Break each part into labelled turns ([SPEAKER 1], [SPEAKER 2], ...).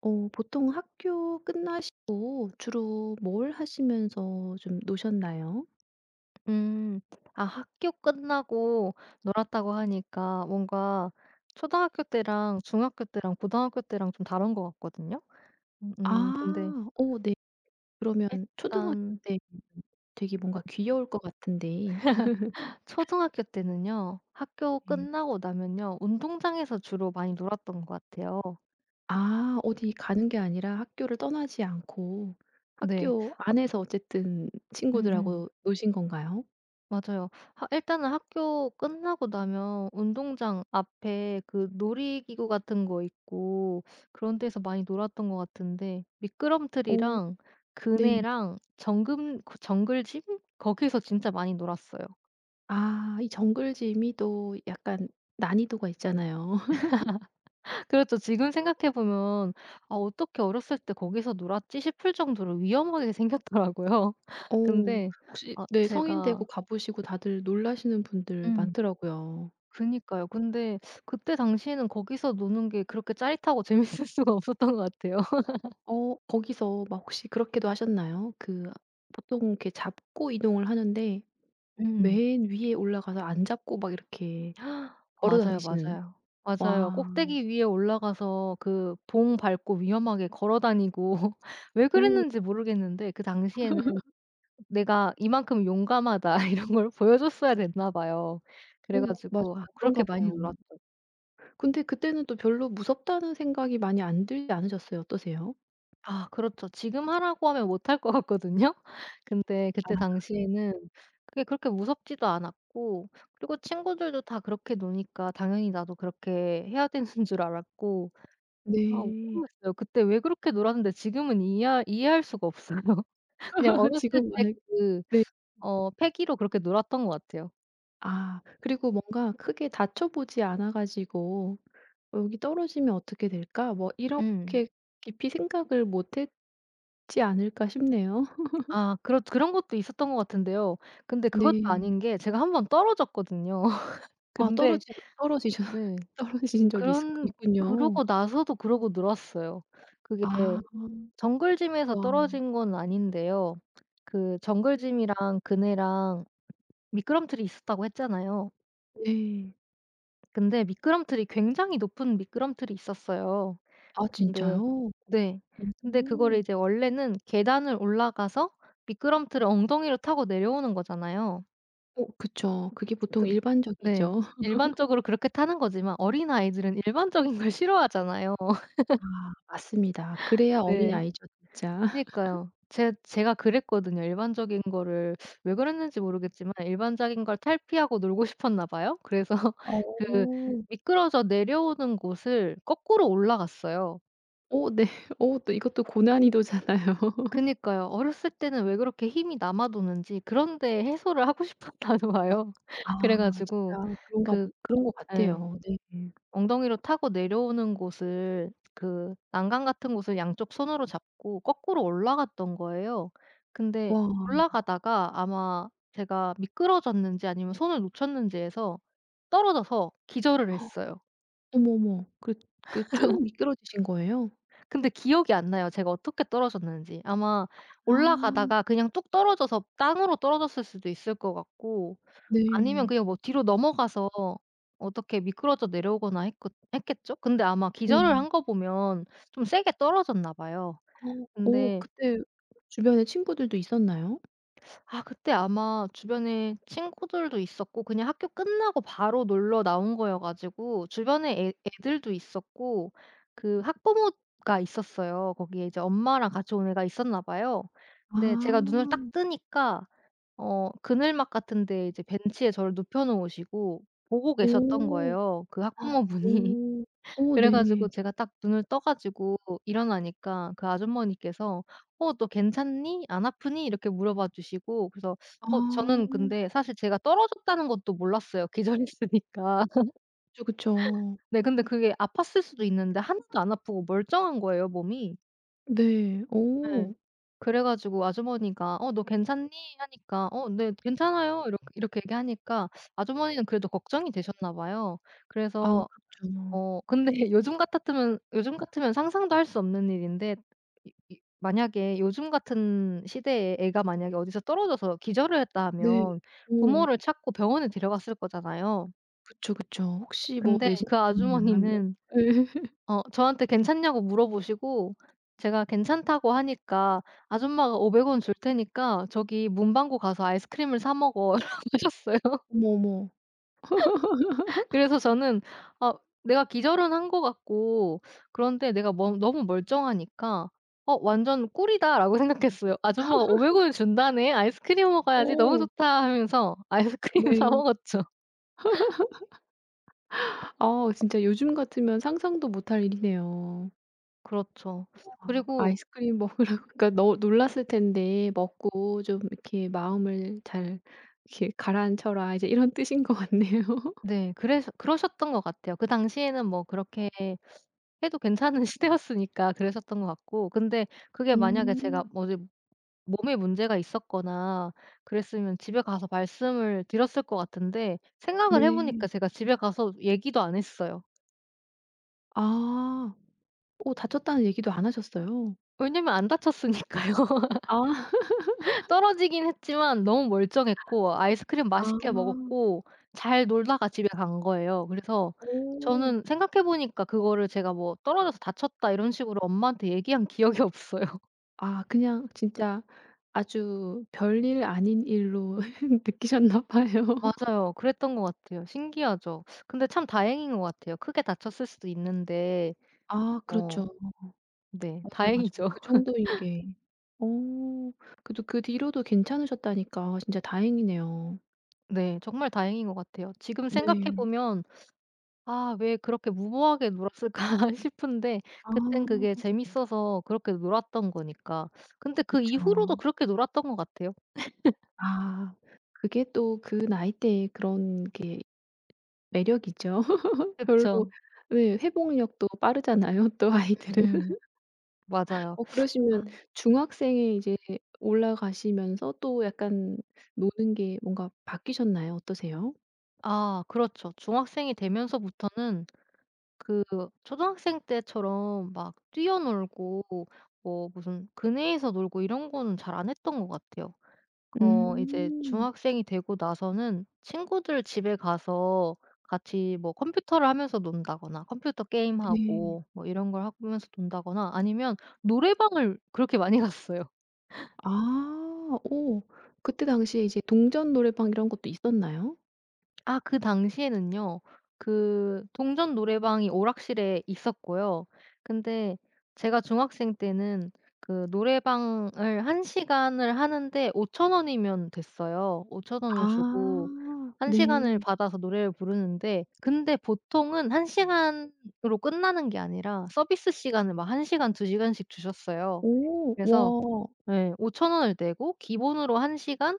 [SPEAKER 1] 보통 학교 끝나시고 주로 뭘 하시면서 좀 노셨나요?
[SPEAKER 2] 음. 아 학교 끝나고 놀았다고 하니까 뭔가 초등학교 때랑 중학교 때랑 고등학교 때랑 좀 다른 것 같거든요.
[SPEAKER 1] 아.
[SPEAKER 2] 근데
[SPEAKER 1] 네. 그러면 초등학교
[SPEAKER 2] 일단
[SPEAKER 1] 때 되게 뭔가 귀여울 것 같은데
[SPEAKER 2] 초등학교 때는요. 학교
[SPEAKER 1] 네.
[SPEAKER 2] 끝나고 나면요. 운동장에서 주로 많이 놀았던 것 같아요.
[SPEAKER 1] 아 어디 가는 게 아니라 학교를 떠나지 않고
[SPEAKER 2] 네.
[SPEAKER 1] 학교 안에서 어쨌든
[SPEAKER 2] 음음.
[SPEAKER 1] 친구들하고 노신 건가요?
[SPEAKER 2] 맞아요. 하 일단은 학교 끝나고 나면 운동장 앞에 그 놀이기구 같은 거 있고 그런 데서 많이 놀았던 것 같은데
[SPEAKER 1] 어
[SPEAKER 2] 미끄럼틀이랑
[SPEAKER 1] 네.
[SPEAKER 2] 그네랑 정금 그 정글짐 거기서 진짜 많이 놀았어요.
[SPEAKER 1] 아 이 정글짐이 또 약간 난이도가 있잖아요.
[SPEAKER 2] 그렇죠. 지금 생각해 보면 '아 어떻게 어렸을 때 거기서 놀았지?' 싶을 정도로 위험하게 생겼더라고요.
[SPEAKER 1] 어
[SPEAKER 2] 근데
[SPEAKER 1] 혹시
[SPEAKER 2] 아
[SPEAKER 1] 네, 성인 되고
[SPEAKER 2] 제가
[SPEAKER 1] 가 보시고 다들 놀라시는 분들
[SPEAKER 2] 음.
[SPEAKER 1] 많더라고요.
[SPEAKER 2] 그니까요. 근데 그때 당시에는 거기서 노는 게 그렇게 짜릿하고 재밌을 수가 없었던 것 같아요.
[SPEAKER 1] 거기서 막 혹시 그렇게도 하셨나요? 보통 이렇게 잡고 이동을 하는데
[SPEAKER 2] 음.
[SPEAKER 1] 맨 위에 올라가서 안 잡고 막 이렇게 걸어
[SPEAKER 2] 맞아요,
[SPEAKER 1] 다니시는.
[SPEAKER 2] 맞아요. 맞아요.
[SPEAKER 1] 와.
[SPEAKER 2] 꼭대기 위에 올라가서 그 봉 밟고 위험하게 걸어 다니고 왜
[SPEAKER 1] 오.
[SPEAKER 2] 그랬는지 모르겠는데 그 당시에는 '내가 이만큼 용감하다.' 이런 걸 보여줬어야 됐나 봐요. 그래
[SPEAKER 1] 오 맞아요.
[SPEAKER 2] 가지고 아 그렇게
[SPEAKER 1] 그런가
[SPEAKER 2] 많이
[SPEAKER 1] 봐요.
[SPEAKER 2] 놀았죠.
[SPEAKER 1] 근데 그때는 또 별로 무섭다는 생각이 많이 안 들지 않으셨어요? 어떠세요?
[SPEAKER 2] 아 그렇죠. 지금 하라고 하면 못할 것 같거든요. 근데 그때
[SPEAKER 1] 아.
[SPEAKER 2] 당시에는 그게 그렇게 무섭지도 않았고 그리고 친구들도 다 그렇게 노니까 당연히 나도 그렇게 해야 되는 줄 알았고 아
[SPEAKER 1] 네.
[SPEAKER 2] 모르겠어요. 그때 왜 그렇게 놀았는데 지금은 이해하 이해할 수가 없어요. 그냥 어렸을
[SPEAKER 1] 지금
[SPEAKER 2] 때
[SPEAKER 1] 만약,
[SPEAKER 2] 그
[SPEAKER 1] 네.
[SPEAKER 2] 어 패기로 그렇게 놀았던 것 같아요.
[SPEAKER 1] 아 그리고 뭔가 크게 다쳐 보지 않아 가지고 '어 여기 떨어지면 어떻게 될까?' 뭐
[SPEAKER 2] 음.
[SPEAKER 1] 이렇게 깊이 생각을 못 했지 않을까 싶네요.
[SPEAKER 2] 아 그렇 그런 것도 있었던 것 같은데요. 근데 그것도
[SPEAKER 1] 네.
[SPEAKER 2] 아닌 게 제가 한 번 떨어졌거든요.
[SPEAKER 1] 아
[SPEAKER 2] 근데
[SPEAKER 1] 떨어지 떨어지셔
[SPEAKER 2] 네.
[SPEAKER 1] 떨어지신 적이 있었
[SPEAKER 2] 그런
[SPEAKER 1] 있군요.
[SPEAKER 2] 그러고 나서도 그러고 늘었어요. 그게
[SPEAKER 1] 아.
[SPEAKER 2] 정글짐에서
[SPEAKER 1] 와.
[SPEAKER 2] 떨어진 건 아닌데요. 그 정글짐이랑 그네랑 미끄럼틀이 있었다고 했잖아요.
[SPEAKER 1] 네.
[SPEAKER 2] 근데 미끄럼틀이 굉장히 높은 미끄럼틀이 있었어요.
[SPEAKER 1] 아
[SPEAKER 2] 근데
[SPEAKER 1] 진짜요?
[SPEAKER 2] 네. 근데 그거를
[SPEAKER 1] 오.
[SPEAKER 2] 이제 원래는 계단을 올라가서 미끄럼틀을 엉덩이로 타고 내려오는 거잖아요.
[SPEAKER 1] 그쵸. 그게 보통
[SPEAKER 2] 근 네.
[SPEAKER 1] 일반적이죠.
[SPEAKER 2] 일반적으로 그렇게 타는 거지만 어린아이들은 일반적인 걸 싫어하잖아요.
[SPEAKER 1] 아 맞습니다. 그래야
[SPEAKER 2] 네.
[SPEAKER 1] 어린아이죠 진짜.
[SPEAKER 2] 그니까요. 제 제가 그랬거든요. 일반적인 거를 왜 그랬는지 모르겠지만 일반적인 걸 탈피하고 놀고 싶었나 봐요. 그래서
[SPEAKER 1] 어.
[SPEAKER 2] 그 미끄러져 내려오는 곳을 거꾸로 올라갔어요.
[SPEAKER 1] 어 네. 어 또 이것도 고난이도잖아요.
[SPEAKER 2] 그니까요. 어렸을 때는 왜 그렇게 힘이 남아도는지 그런 데 해소를 하고 싶었나 봐요.
[SPEAKER 1] 아
[SPEAKER 2] 그래 가지고
[SPEAKER 1] 진짜.
[SPEAKER 2] 그
[SPEAKER 1] 그런 것
[SPEAKER 2] 예.
[SPEAKER 1] 같아요. 네.
[SPEAKER 2] 엉덩이로 타고 내려오는 곳을 그 난간 같은 곳을 양쪽 손으로 잡고 거꾸로 올라갔던 거예요. 근데
[SPEAKER 1] 와.
[SPEAKER 2] 올라가다가 아마 제가 미끄러졌는지 아니면 손을 놓쳤는지 해서 떨어져서 기절을 했어요.
[SPEAKER 1] 어머, 어머. 그 쭉 미끄러지신 거예요?
[SPEAKER 2] 근데 기억이 안 나요, 제가 어떻게 떨어졌는지. 아마
[SPEAKER 1] 아.
[SPEAKER 2] 올라가다가 그냥 뚝 떨어져서 땅으로 떨어졌을 수도 있을 것 같고 아니면
[SPEAKER 1] 네.
[SPEAKER 2] 그냥 뭐 뒤로 넘어가서 어떻게 미끄러져 내려오거나 했겠죠? 근데 아마
[SPEAKER 1] 네.
[SPEAKER 2] 기절을 한 거 보면 좀 세게 떨어졌나 봐요.
[SPEAKER 1] 어. 오
[SPEAKER 2] 근데
[SPEAKER 1] 그때 주변에 친구들도 있었나요?
[SPEAKER 2] 아 그때 아마 주변에 친구들도 있었고 그냥 학교 끝나고 바로 놀러 나온 거여 가지고 주변에 애 애들도 있었고 그 학부모가 있었어요. 거기에 이제 엄마랑 같이 온 애가 있었나 봐요. 근데 제가 눈을 딱
[SPEAKER 1] 아.
[SPEAKER 2] 뜨니까 어 그늘막 같은 데 이제 벤치에 저를 눕혀 놓으시고 보고 계셨던
[SPEAKER 1] 오.
[SPEAKER 2] 거예요, 그 학부모분이.
[SPEAKER 1] 오. 오
[SPEAKER 2] 그래 가지고
[SPEAKER 1] 네.
[SPEAKER 2] 제가 딱 눈을 떠 가지고 일어나니까 그 아주머니께서 "어 너 괜찮니? 안 아프니?" 이렇게 물어봐 주시고 그래서 어 저는
[SPEAKER 1] 아.
[SPEAKER 2] 근데 사실 제가 떨어졌다는 것도 몰랐어요, 기절했으니까.
[SPEAKER 1] 그쵸, 그쵸.
[SPEAKER 2] 네 근데 그게 아팠을 수도 있는데 하나도 안 아프고 멀쩡한 거예요, 몸이.
[SPEAKER 1] 네.
[SPEAKER 2] 예.
[SPEAKER 1] 오.
[SPEAKER 2] 그래 가지고 아주머니가 "어 너 괜찮니?" 하니까 "어 네 괜찮아요." 이렇게 이렇게 얘기하니까 아주머니는 그래도 걱정이 되셨나 봐요.
[SPEAKER 1] 아
[SPEAKER 2] 그래서
[SPEAKER 1] 그렇죠.
[SPEAKER 2] 어 근데 요즘 같았으면 요즘 같으면 상상도 할 수 없는 일인데 이 만약에 요즘 같은 시대에 애가 만약에 어디서 떨어져서 기절을 했다
[SPEAKER 1] 네.
[SPEAKER 2] 하면
[SPEAKER 1] 오.
[SPEAKER 2] 부모를 찾고 병원에 데려갔을 거잖아요.
[SPEAKER 1] 그쵸, 그쵸. 혹시 뭐
[SPEAKER 2] 근데 그
[SPEAKER 1] 내신이나 뭐,
[SPEAKER 2] 아주머니는
[SPEAKER 1] 예.
[SPEAKER 2] 어 저한테 괜찮냐고 물어보시고 제가 괜찮다고 하니까 "아줌마가 500 줄 테니까 저기 문방구 가서 아이스크림을 사 먹어." 라고 하셨어요.
[SPEAKER 1] 어머, 어머.
[SPEAKER 2] 그래서 저는 아 내가 기절은 한 것 같고 그런데 내가 뭐 너무 멀쩡하니까 '어 완전 꿀이다.'라고 생각했어요. '아줌마가 500 을 준다네. 아이스크림 먹어야지. 너무
[SPEAKER 1] 어
[SPEAKER 2] 좋다.' 하면서 아이스크림 사
[SPEAKER 1] 네.
[SPEAKER 2] 먹었죠.
[SPEAKER 1] 아 진짜 요즘 같으면 상상도 못할 일이네요.
[SPEAKER 2] 그렇죠.
[SPEAKER 1] 아
[SPEAKER 2] 그리고
[SPEAKER 1] 아이스크림 먹으라고 그러니까 너 놀랐을 텐데 "먹고 좀 이렇게 마음을 잘 이렇게 가라앉혀라." 이제 이런 뜻인 것 같네요.
[SPEAKER 2] 네 그래서 그러셨던 것 같아요. 그 당시에는 뭐 그렇게 해도 괜찮은 시대였으니까 그랬었던 것 같고 근데 그게 만약에 제가
[SPEAKER 1] 음.
[SPEAKER 2] 뭐제 몸에 문제가 있었거나 그랬으면 집에 가서 말씀을 드렸을 것 같은데 생각을 해 보니까
[SPEAKER 1] 네.
[SPEAKER 2] 제가 집에 가서 얘기도 안 했어요.
[SPEAKER 1] 아. 오 다쳤다는 얘기도 안 하셨어요?
[SPEAKER 2] 왜냐면 안 다쳤으니까요.
[SPEAKER 1] 아.
[SPEAKER 2] 떨어지긴 했지만 너무 멀쩡했고 아이스크림
[SPEAKER 1] 아.
[SPEAKER 2] 맛있게 먹었고 잘 놀다가 집에 간 거예요. 그래서
[SPEAKER 1] 오.
[SPEAKER 2] 저는 생각해 보니까 그거를 제가 뭐 "떨어져서 다쳤다." 이런 식으로 엄마한테 얘기한 기억이 없어요.
[SPEAKER 1] 아 그냥 진짜 아주 별일 아닌 일로 느끼셨나 봐요.
[SPEAKER 2] 맞아요. 그랬던 것 같아요. 신기하죠. 근데 참 다행인 것 같아요. 크게 다쳤을 수도 있는데
[SPEAKER 1] 아
[SPEAKER 2] 어
[SPEAKER 1] 그렇죠.
[SPEAKER 2] 네
[SPEAKER 1] 맞아요, 맞아요.
[SPEAKER 2] 다행이죠.
[SPEAKER 1] 그 정도인 게, 어 그래도 그 뒤로도 괜찮으셨다니까 진짜 다행이네요.
[SPEAKER 2] 네 정말 다행인 것 같아요. 지금 생각해
[SPEAKER 1] 네.
[SPEAKER 2] 보면 '아 왜 그렇게 무모하게 놀았을까?' 싶은데 그땐 그게
[SPEAKER 1] 아
[SPEAKER 2] 재밌어서 그렇게 놀았던 거니까. 근데 그 이후로도
[SPEAKER 1] 그쵸.
[SPEAKER 2] 그렇게 놀았던 것 같아요.
[SPEAKER 1] 아 그게 또 그 나이대에 그런 게 매력이죠. 별로,
[SPEAKER 2] 그쵸.
[SPEAKER 1] 네 회복력도 빠르잖아요 또 아이들은.
[SPEAKER 2] 음음. 맞아요.
[SPEAKER 1] 어 그러시면
[SPEAKER 2] 아
[SPEAKER 1] 중학생에 이제 올라가시면서 또 약간 노는 게 뭔가 바뀌셨나요? 어떠세요?
[SPEAKER 2] 아 그렇죠. 중학생이 되면서부터는 그 초등학생 때처럼 막 뛰어놀고 뭐 무슨 그네에서 놀고 이런 거는 잘 안 했던 것 같아요. 어 이제
[SPEAKER 1] 음.
[SPEAKER 2] 중학생이 되고 나서는 친구들 집에 가서 같이 뭐 컴퓨터를 하면서 논다거나 컴퓨터
[SPEAKER 1] 네.
[SPEAKER 2] 게임하고 뭐 이런 걸 하면서 논다거나 아니면 노래방을 그렇게 많이 갔어요.
[SPEAKER 1] 아 오. 그때 당시에 이제 동전 노래방 이런 것도 있었나요?
[SPEAKER 2] 아 그 당시에는요. 그 동전 노래방이 오락실에 있었고요. 근데 제가 중학생 때는 그 노래방을 1 시간을 하는데 5,000 원이면 됐어요. 5,000 원을 주고
[SPEAKER 1] 아
[SPEAKER 2] 1
[SPEAKER 1] 네.
[SPEAKER 2] 시간을 받아서 노래를 부르는데 근데 보통은 1 시간으로 끝나는 게 아니라 서비스 시간을 막 1 시간, 2 시간씩 주셨어요.
[SPEAKER 1] 오.
[SPEAKER 2] 그래서
[SPEAKER 1] 와.
[SPEAKER 2] 예. 5천 원을 내고 기본으로 1 시간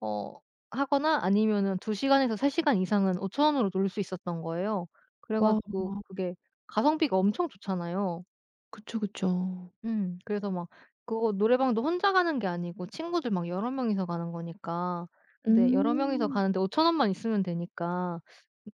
[SPEAKER 2] 어 하거나 아니면은 2 시간에서 3 시간 이상은 5천 원으로 놀 수 있었던 거예요. 그래
[SPEAKER 1] 와.
[SPEAKER 2] 가지고 그게 가성비가 엄청 좋잖아요.
[SPEAKER 1] 그쵸, 그쵸.
[SPEAKER 2] 음. 그래서 막 그거 노래방도 혼자 가는 게 아니고 친구들 막 여러 명이서 가는 거니까. 근데 여러 명이서
[SPEAKER 1] 음.
[SPEAKER 2] 가는데 5천 원만 있으면 되니까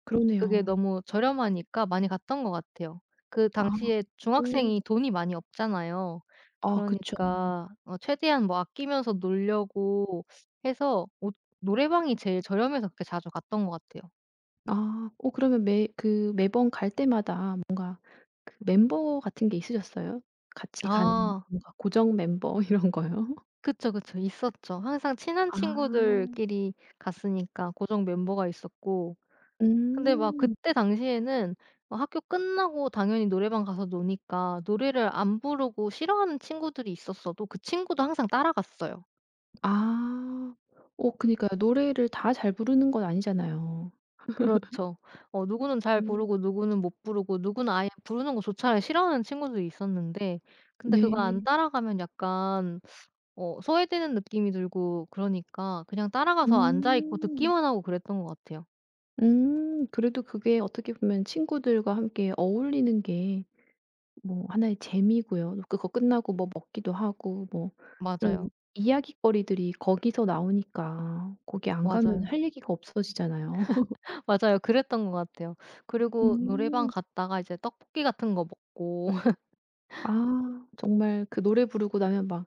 [SPEAKER 1] 그러네요.
[SPEAKER 2] 그게 너무 저렴하니까 많이 갔던 것 같아요. 그
[SPEAKER 1] 아.
[SPEAKER 2] 당시에
[SPEAKER 1] 오.
[SPEAKER 2] 중학생이 돈이 많이 없잖아요.
[SPEAKER 1] 아 그쵸.
[SPEAKER 2] 그러니까 어 최대한 뭐 아끼면서 놀려고 해서 옷 노래방이 제일 저렴해서 그렇게 자주 갔던 것 같아요.
[SPEAKER 1] 아. 어 그러면 매 그 매번 갈 때마다 뭔가 그 멤버 같은 게 있으셨어요? 같이 가는
[SPEAKER 2] 아.
[SPEAKER 1] 뭔가 고정 멤버 이런 거요?
[SPEAKER 2] 그쵸, 그쵸. 있었죠. 항상 친한
[SPEAKER 1] 아.
[SPEAKER 2] 친구들끼리 갔으니까 고정 멤버가 있었고 근데 막
[SPEAKER 1] 음.
[SPEAKER 2] 그때 당시에는 막 학교 끝나고 당연히 노래방 가서 노니까 노래를 안 부르고 싫어하는 친구들이 있었어도 그 친구도 항상 따라갔어요.
[SPEAKER 1] 아. 어 그니까요. 노래를 다 잘 부르는 건 아니잖아요.
[SPEAKER 2] 그렇죠. 어 누구는 잘
[SPEAKER 1] 어.
[SPEAKER 2] 부르고 누구는 못 부르고 누구는 아예 부르는 거조차 싫어하는 친구도 있었는데 근데 그거 안
[SPEAKER 1] 네.
[SPEAKER 2] 따라가면 약간 어 소외되는 느낌이 들고 그러니까 그냥 따라가서 앉아 있고
[SPEAKER 1] 음.
[SPEAKER 2] 듣기만 하고 그랬던 것 같아요.
[SPEAKER 1] 음. 그래도 그게 어떻게 보면 친구들과 함께 어울리는 게 뭐 하나의 재미고요. 또 그거 끝나고 뭐 먹기도 하고 뭐 이런
[SPEAKER 2] 맞아요.
[SPEAKER 1] 이야깃거리들이 거기서 나오니까 거기 안 가면
[SPEAKER 2] 맞아요.
[SPEAKER 1] 할 얘기가 없어지잖아요.
[SPEAKER 2] 맞아요. 그랬던 것 같아요. 그리고 노래방
[SPEAKER 1] 음.
[SPEAKER 2] 갔다가 이제 떡볶이 같은 거 먹고
[SPEAKER 1] 아 정말 그 노래 부르고 나면 막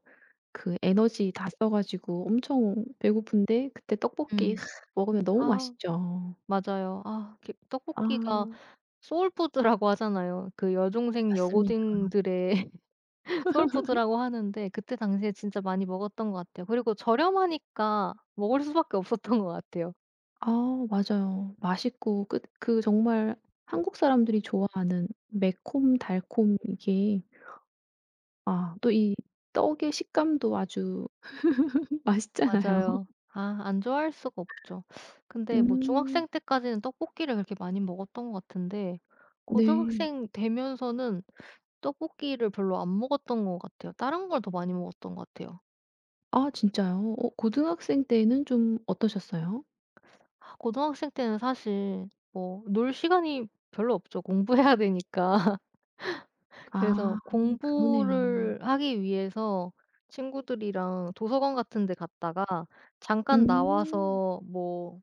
[SPEAKER 1] 그 에너지 다 써 가지고 엄청 배고픈데 그때 떡볶이
[SPEAKER 2] 음.
[SPEAKER 1] 먹으면 너무
[SPEAKER 2] 아
[SPEAKER 1] 맛있죠.
[SPEAKER 2] 맞아요. 아
[SPEAKER 1] 아
[SPEAKER 2] 떡볶이가 소울푸드라고 하잖아요. 그 여중생
[SPEAKER 1] 맞습니다.
[SPEAKER 2] 여고딩들의 소울푸드라고 하는데 그때 당시에 진짜 많이 먹었던 것 같아요. 그리고 저렴하니까 먹을 수밖에 없었던 것 같아요.
[SPEAKER 1] 아 맞아요. 맛있고 그 정말 한국 사람들이 좋아하는 매콤달콤 이게, 아 또 이 떡의 식감도 아주 맛있잖아요.
[SPEAKER 2] 맞아요. 아 안 좋아할 수가 없죠. 근데 뭐
[SPEAKER 1] 음.
[SPEAKER 2] 중학생 때까지는 떡볶이를 그렇게 많이 먹었던 것 같은데
[SPEAKER 1] 네.
[SPEAKER 2] 고등학생 되면서는 떡볶이를 별로 안 먹었던 것 같아요. 다른 걸 더 많이 먹었던 것 같아요.
[SPEAKER 1] 아 진짜요? 어 고등학생 때는 좀 어떠셨어요?
[SPEAKER 2] 고등학생 때는 사실 뭐 놀 시간이 별로 없죠. 공부해야 되니까. 그래서
[SPEAKER 1] 아 그러네요.
[SPEAKER 2] 공부를 하기 위해서 친구들이랑 도서관 같은 데 갔다가 잠깐
[SPEAKER 1] 음.
[SPEAKER 2] 나와서 뭐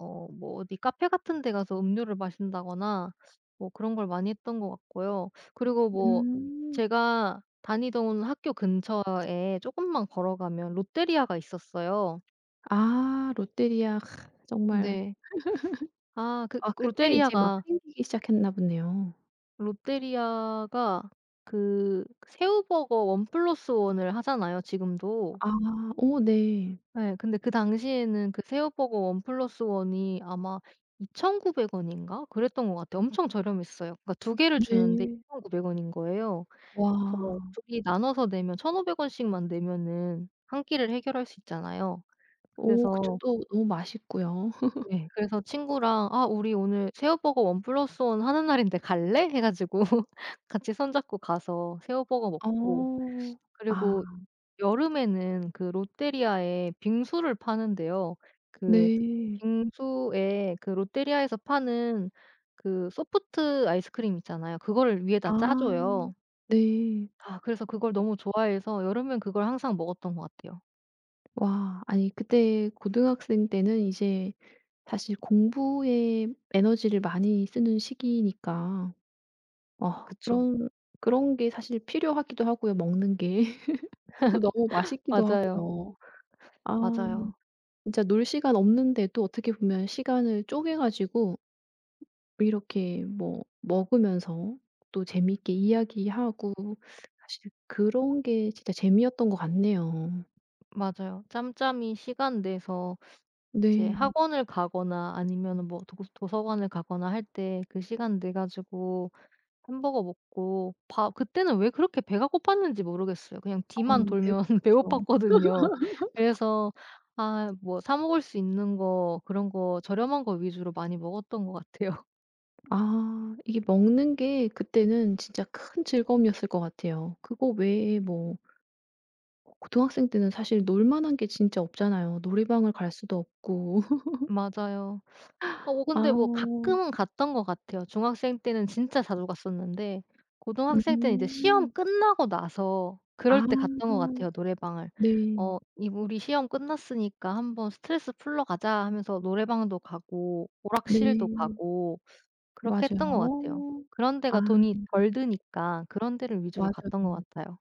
[SPEAKER 2] 어 뭐 어디 카페 같은 데 가서 음료를 마신다거나 뭐 그런 걸 많이 했던 것 같고요. 그리고 뭐
[SPEAKER 1] 음.
[SPEAKER 2] 제가 다니던 학교 근처에 조금만 걸어가면 롯데리아가 있었어요.
[SPEAKER 1] 아 롯데리아 크, 정말.
[SPEAKER 2] 네. 아 그
[SPEAKER 1] 아 그때 이제 막
[SPEAKER 2] 롯데리아가
[SPEAKER 1] 생기기 시작했나 보네요.
[SPEAKER 2] 롯데리아가 그 새우버거 1 플러스 1을 하잖아요 지금도.
[SPEAKER 1] 아 오 네.
[SPEAKER 2] 네, 근데 그 당시에는 그 새우버거 1 플러스 1이 아마 2,900 원인가 그랬던 것 같아요. 엄청 저렴했어요. 그러니까 두 개를 주는데
[SPEAKER 1] 네.
[SPEAKER 2] 2,900 원인 거예요. 그래서
[SPEAKER 1] 와.
[SPEAKER 2] 둘이 나눠서 내면 1,500 원씩만 내면은 한 끼를 해결할 수 있잖아요.
[SPEAKER 1] 오 그쵸.
[SPEAKER 2] 그래서
[SPEAKER 1] 또 너무 맛있고요.
[SPEAKER 2] 네, 그래서 친구랑 "아 우리 오늘 새우버거 1 플러스 1 하는 날인데 갈래?" 해 가지고 같이 손 잡고 가서 새우버거 먹고
[SPEAKER 1] 어. 아
[SPEAKER 2] 그리고 여름에는 그 롯데리아에 빙수를 파는데요. 그
[SPEAKER 1] 네.
[SPEAKER 2] 빙수에 그 롯데리아에서 파는 그 소프트 아이스크림 있잖아요. 그거를 위에다 짜
[SPEAKER 1] 아
[SPEAKER 2] 줘요.
[SPEAKER 1] 네.
[SPEAKER 2] 아 그래서 그걸 너무 좋아해서 여름엔 그걸 항상 먹었던 것 같아요.
[SPEAKER 1] 와. 아니 그때 고등학생 때는 이제 사실 공부에 에너지를 많이 쓰는 시기니까, 어
[SPEAKER 2] 그쵸.
[SPEAKER 1] 그런 그런 게 사실 필요하기도 하고요, 먹는 게. 또 너무 맛있기도
[SPEAKER 2] 맞아요.
[SPEAKER 1] 하고요. 아
[SPEAKER 2] 맞아요.
[SPEAKER 1] 진짜 놀 시간 없는데도 어떻게 보면 시간을 쪼개 가지고 이렇게 뭐 먹으면서 또 재미있게 이야기하고 사실 그런 게 진짜 재미였던 것 같네요.
[SPEAKER 2] 맞아요. 짬짬이 시간 내서 이제
[SPEAKER 1] 네.
[SPEAKER 2] 학원을 가거나 아니면은 뭐 도서관을 가거나 할 때 그 시간 내 가지고 햄버거 먹고 밥 그때는 왜 그렇게 배가 고팠는지 모르겠어요. 그냥 뒤만
[SPEAKER 1] 아유
[SPEAKER 2] 돌면
[SPEAKER 1] 배고프죠.
[SPEAKER 2] 배고팠거든요. 그래서 아 뭐 사 먹을 수 있는 거 그런 거 저렴한 거 위주로 많이 먹었던 것 같아요.
[SPEAKER 1] 아 이게 먹는 게 그때는 진짜 큰 즐거움이었을 것 같아요. 그거 외에 뭐 고등학생 때는 사실 놀 만한 게 진짜 없잖아요. 노래방을 갈 수도 없고.
[SPEAKER 2] 맞아요. 어
[SPEAKER 1] 아.
[SPEAKER 2] 근데 뭐 가끔은 갔던 것 같아요. 중학생 때는 진짜 자주 갔었는데 고등학생 때는 이제 시험
[SPEAKER 1] 음.
[SPEAKER 2] 끝나고 나서 그럴
[SPEAKER 1] 아.
[SPEAKER 2] 때 갔던 것 같아요, 노래방을.
[SPEAKER 1] 네.
[SPEAKER 2] 어 이 "우리 시험 끝났으니까 한번 스트레스 풀러 가자." 하면서 노래방도 가고 오락실도
[SPEAKER 1] 네.
[SPEAKER 2] 가고 그렇게
[SPEAKER 1] 맞아요.
[SPEAKER 2] 했던 것 같아요.
[SPEAKER 1] 어.
[SPEAKER 2] 그런
[SPEAKER 1] 아
[SPEAKER 2] 데가 돈이 덜 드니까 그런 데를 위주로 갔던 것
[SPEAKER 1] 맞아요.
[SPEAKER 2] 같아요.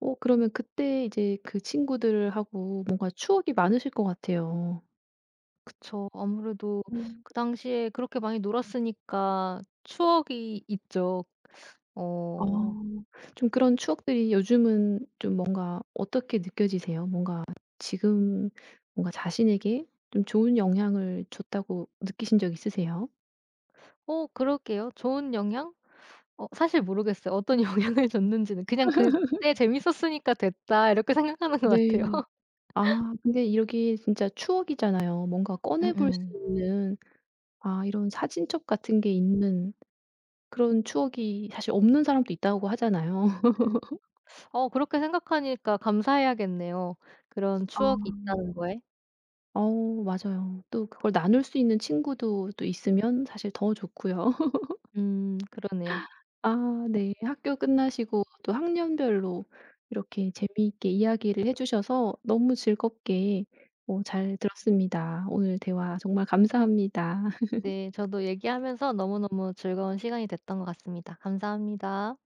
[SPEAKER 1] 어 그러면 그때 이제 그 친구들하고 뭔가 추억이 많으실 것 같아요.
[SPEAKER 2] 그쵸. 아무래도
[SPEAKER 1] 어.
[SPEAKER 2] 그 당시에 그렇게 많이 놀았으니까 추억이 있죠.
[SPEAKER 1] 아.
[SPEAKER 2] 어.
[SPEAKER 1] 좀 그런 추억들이 요즘은 좀 뭔가 어떻게 느껴지세요? 뭔가 지금 뭔가 자신에게 좀 좋은 영향을 줬다고 느끼신 적 있으세요?
[SPEAKER 2] 어 그러게요. 좋은 영향? 어 사실 모르겠어요. 어떤 영향을 줬는지는. 그냥 '그때 재밌었으니까 됐다.' 이렇게 생각하는 것 같아요.
[SPEAKER 1] 네. 아 근데 이렇게 진짜 추억이잖아요. 뭔가 꺼내 볼 수
[SPEAKER 2] 음
[SPEAKER 1] 있는 아 이런 사진첩 같은 게 있는 그런 추억이 사실 없는 사람도 있다고 하잖아요.
[SPEAKER 2] 음. 어 그렇게 생각하니까 감사해야겠네요. 그런
[SPEAKER 1] 아.
[SPEAKER 2] 추억이 있다는 거에.
[SPEAKER 1] 어 맞아요. 또 그걸 나눌 수 있는 친구도 또 있으면 사실 더 좋고요.
[SPEAKER 2] 그러네요.
[SPEAKER 1] 아 네. 학교 끝나시고 또 학년별로 이렇게 재미있게 이야기를 해 주셔서 너무 즐겁게 어 잘 들었습니다. 오늘 대화 정말 감사합니다.
[SPEAKER 2] 네. 저도 얘기하면서 너무너무 즐거운 시간이 됐던 것 같습니다. 감사합니다.